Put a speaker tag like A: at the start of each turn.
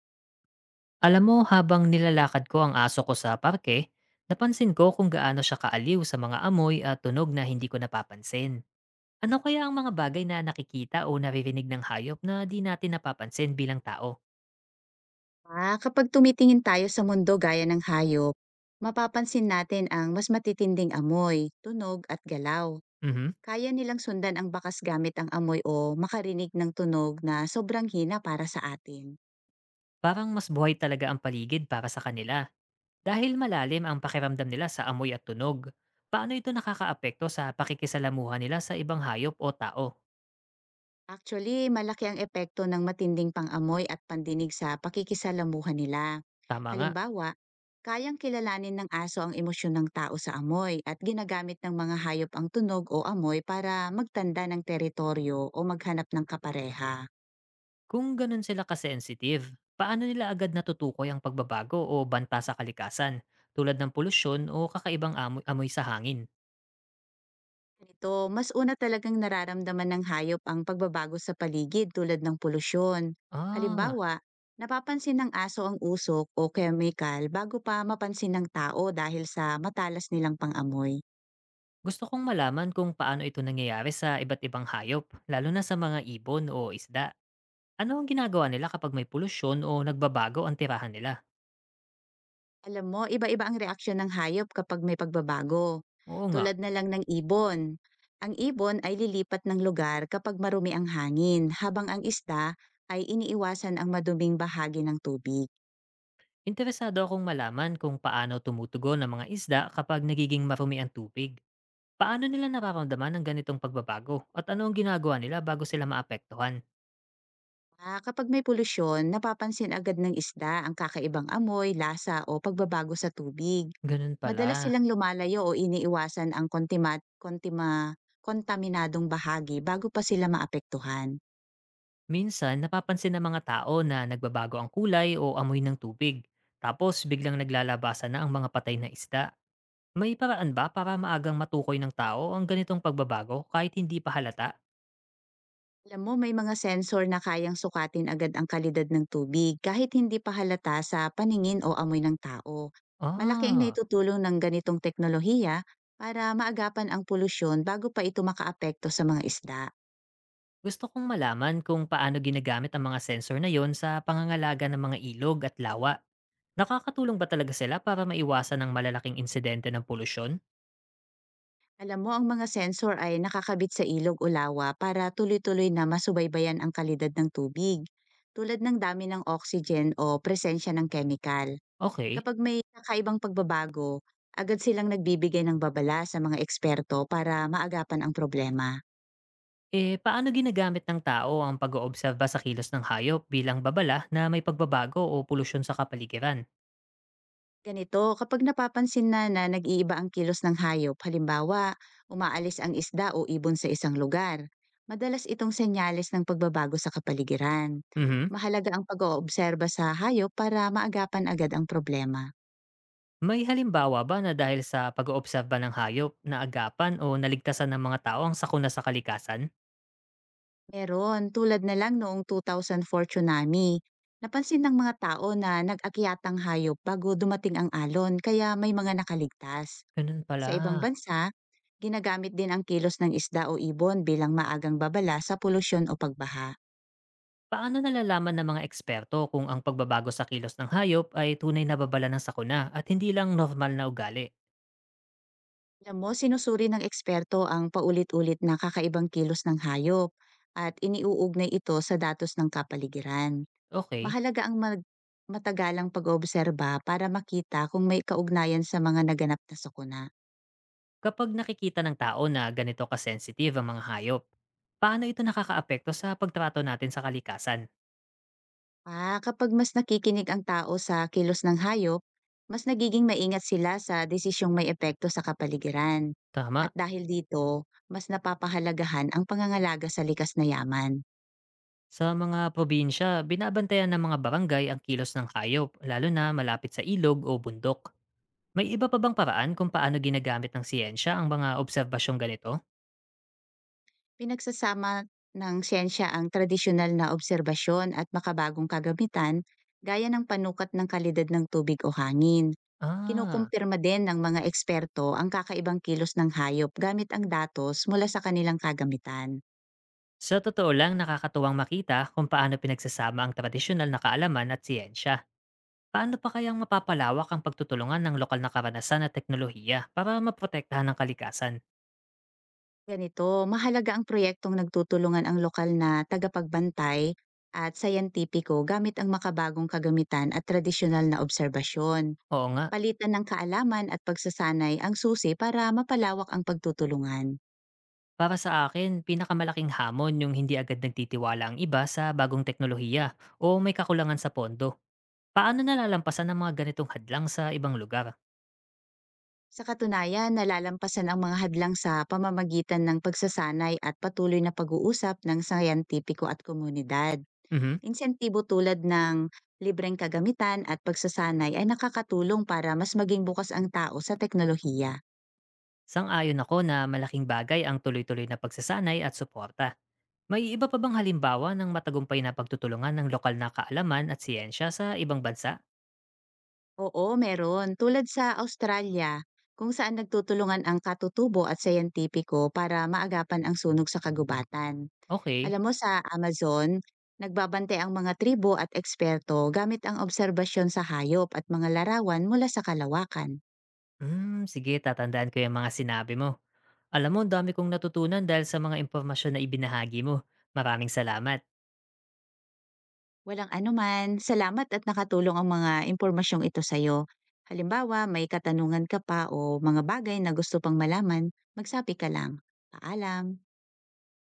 A: Alam mo, habang nilalakad ko ang aso ko sa parke, napansin ko kung gaano siya kaaliw sa mga amoy at tunog na hindi ko napapansin. Ano kaya ang mga bagay na nakikita o naririnig ng hayop na di natin napapansin bilang tao?
B: Kapag tumitingin tayo sa mundo gaya ng hayop, mapapansin natin ang mas matitinding amoy, tunog at galaw.
A: Mhm.
B: Kaya nilang sundan ang bakas gamit ang amoy o makarinig ng tunog na sobrang hina para sa atin.
A: Parang mas buhay talaga ang paligid para sa kanila dahil malalim ang pakiramdam nila sa amoy at tunog. Paano ito nakakaapekto sa pakikisalamuha nila sa ibang hayop o tao?
B: Actually, malaki ang epekto ng matinding pangamoy at pandinig sa pakikisalamuhan nila.
A: Tama nga.
B: Halimbawa, kayang kilalanin ng aso ang emosyon ng tao sa amoy at ginagamit ng mga hayop ang tunog o amoy para magtanda ng teritoryo o maghanap ng kapareha.
A: Kung ganun sila ka-sensitive, paano nila agad natutukoy ang pagbabago o banta sa kalikasan tulad ng polusyon o kakaibang amoy, amoy sa hangin?
B: Nito, mas una talagang nararamdaman ng hayop ang pagbabago sa paligid tulad ng polusyon.
A: Ah,
B: Halimbawa, napapansin ng aso ang usok o chemical bago pa mapansin ng tao dahil sa matalas nilang pangamoy.
A: Gusto kong malaman kung paano ito nangyayari sa iba't ibang hayop, lalo na sa mga ibon o isda. Ano ang ginagawa nila kapag may polusyon o nagbabago ang tirahan nila?
B: Alam mo, iba-iba ang reaksyon ng hayop kapag may pagbabago.
A: Oo nga,
B: Tulad na lang ng ibon. Ang ibon ay lilipat ng lugar kapag marumi ang hangin, habang ang isda ay iniiwasan ang maduming bahagi ng tubig.
A: interesado akong malaman kung paano tumutugon ang mga isda kapag nagiging marumi ang tubig. Paano nila nararamdaman ang ganitong pagbabago at ano ang ginagawa nila bago sila maapektuhan?
B: Kapag may polusyon, napapansin agad ng isda ang kakaibang amoy, lasa o pagbabago sa tubig.
A: Ganun
B: Madalas
A: pala.
B: silang lumalayo o iniiwasan ang kontaminadong bahagi bago pa sila maapektuhan.
A: Minsan, napapansin ng mga tao na nagbabago ang kulay o amoy ng tubig. Tapos, biglang naglalabasan na ang mga patay na isda. May paraan ba para maagang matukoy ng tao ang ganitong pagbabago kahit hindi pa halata?
B: Alam mo, may mga sensor na kayang sukatin agad ang kalidad ng tubig kahit hindi pa halata sa paningin o amoy ng tao. Malaki ang
A: Ah,
B: naitutulong ng ganitong teknolohiya para maagapan ang polusyon bago pa ito makaapekto sa mga isda.
A: Gusto kong malaman kung paano ginagamit ang mga sensor na yon sa pangangalaga ng mga ilog at lawa. Nakakatulong ba talaga sila para maiwasan ang malalaking insidente ng polusyon?
B: Alam mo, ang mga sensor ay nakakabit sa ilog o lawa para tuloy-tuloy na masubaybayan ang kalidad ng tubig, tulad ng dami ng oxygen o presensya ng chemical.
A: Okay.
B: Kapag may kakaibang pagbabago, agad silang nagbibigay ng babala sa mga eksperto para maagapan ang problema.
A: Eh, paano ginagamit ng tao ang pag-oobserba sa kilos ng hayop bilang babala na may pagbabago o polusyon sa kapaligiran?
B: Ganito, kapag napapansin na na nag-iiba ang kilos ng hayop, halimbawa, umaalis ang isda o ibon sa isang lugar, madalas itong senyales ng pagbabago sa kapaligiran.
A: Mhm.
B: Mahalaga ang pag-oobserba sa hayop para maagapan agad ang problema.
A: May halimbawa ba na dahil sa pag-oobserba ng hayop, naagapan o naligtasan ng mga tao ang sakuna sa kalikasan?
B: Meron, tulad na lang noong 2004 tsunami, napansin ng mga tao na nag-akyatang hayop bago dumating ang alon kaya may mga nakaligtas.
A: Ganun pala.
B: Sa ibang bansa, ginagamit din ang kilos ng isda o ibon bilang maagang babala sa polusyon o pagbaha.
A: Paano nalalaman ng mga eksperto kung ang pagbabago sa kilos ng hayop ay tunay na babala ng sakuna at hindi lang normal na ugali?
B: Alam mo, sinusuri ng eksperto ang paulit-ulit na kakaibang kilos ng hayop at iniuugnay ito sa datos ng kapaligiran.
A: Okay,
B: Mahalaga ang matagalang pag-oobserba para makita kung may kaugnayan sa mga naganap na sakuna.
A: kapag nakikita ng tao na ganito kasensitive ang mga hayop, paano ito nakakaapekto sa pagtrato natin sa kalikasan?
B: Kapag mas nakikinig ang tao sa kilos ng hayop, mas nagiging maingat sila sa desisyong may epekto sa kapaligiran.
A: Tama.
B: At dahil dito, mas napapahalagahan ang pangangalaga sa likas na yaman.
A: Sa mga probinsya, binabantayan ng mga barangay ang kilos ng hayop, lalo na malapit sa ilog o bundok. May iba pa bang paraan kung paano ginagamit ng siyensya ang mga obserbasyong ganito?
B: Pinagsasama ng siyensya ang tradisyonal na obserbasyon at makabagong kagamitan gaya ng panukat ng kalidad ng tubig o hangin.
A: Ah,
B: Kinukumpirma din ng mga eksperto ang kakaibang kilos ng hayop gamit ang datos mula sa kanilang kagamitan.
A: sa totoo lang nakakatuwang makita kung paano pinagsasama ang tradisyonal na kaalaman at siyensya. Paano pa kayang mapapalawak ang pagtutulungan ng lokal na karanasan at teknolohiya para maprotektahan ang kalikasan?
B: Ganito, mahalaga ang proyektong nagtutulungan ang lokal na tagapagbantay at sayantipiko gamit ang makabagong kagamitan at tradisyonal na obserbasyon.
A: Oo nga.
B: Palitan ng kaalaman at pagsasanay ang susi para mapalawak ang pagtutulungan.
A: Para sa akin, pinakamalaking hamon yung hindi agad nagtitiwala ang iba sa bagong teknolohiya o may kakulangan sa pondo. Paano nalalampasan ang mga ganitong hadlang sa ibang lugar?
B: Sa katunayan, nalalampasan ang mga hadlang sa pamamagitan ng pagsasanay at patuloy na pag-uusap ng sayantipiko at komunidad.
A: Mhm.
B: Insentibo tulad ng libreng kagamitan at pagsasanay ay nakakatulong para mas maging bukas ang tao sa teknolohiya.
A: Sang-ayon ako na malaking bagay ang tuloy-tuloy na pagsasanay at suporta. May iba pa bang halimbawa ng matagumpay na pagtutulungan ng lokal na kaalaman at siyensya sa ibang bansa?
B: Oo, meron. Tulad sa Australia, kung saan nagtutulungan ang katutubo at siyentipiko para maagapan ang sunog sa kagubatan.
A: Okay.
B: Alam mo sa Amazon, nagbabante ang mga tribo at eksperto gamit ang obserbasyon sa hayop at mga larawan mula sa kalawakan.
A: Hmm, sige, tatandaan ko yung mga sinabi mo. Alam mo, ang dami kong natutunan dahil sa mga impormasyon na ibinahagi mo. Maraming salamat.
B: Walang anuman, salamat at nakatulong ang mga impormasyong ito sa'yo. Halimbawa, may katanungan ka pa o mga bagay na gusto pang malaman, magsabi ka lang. Paalam!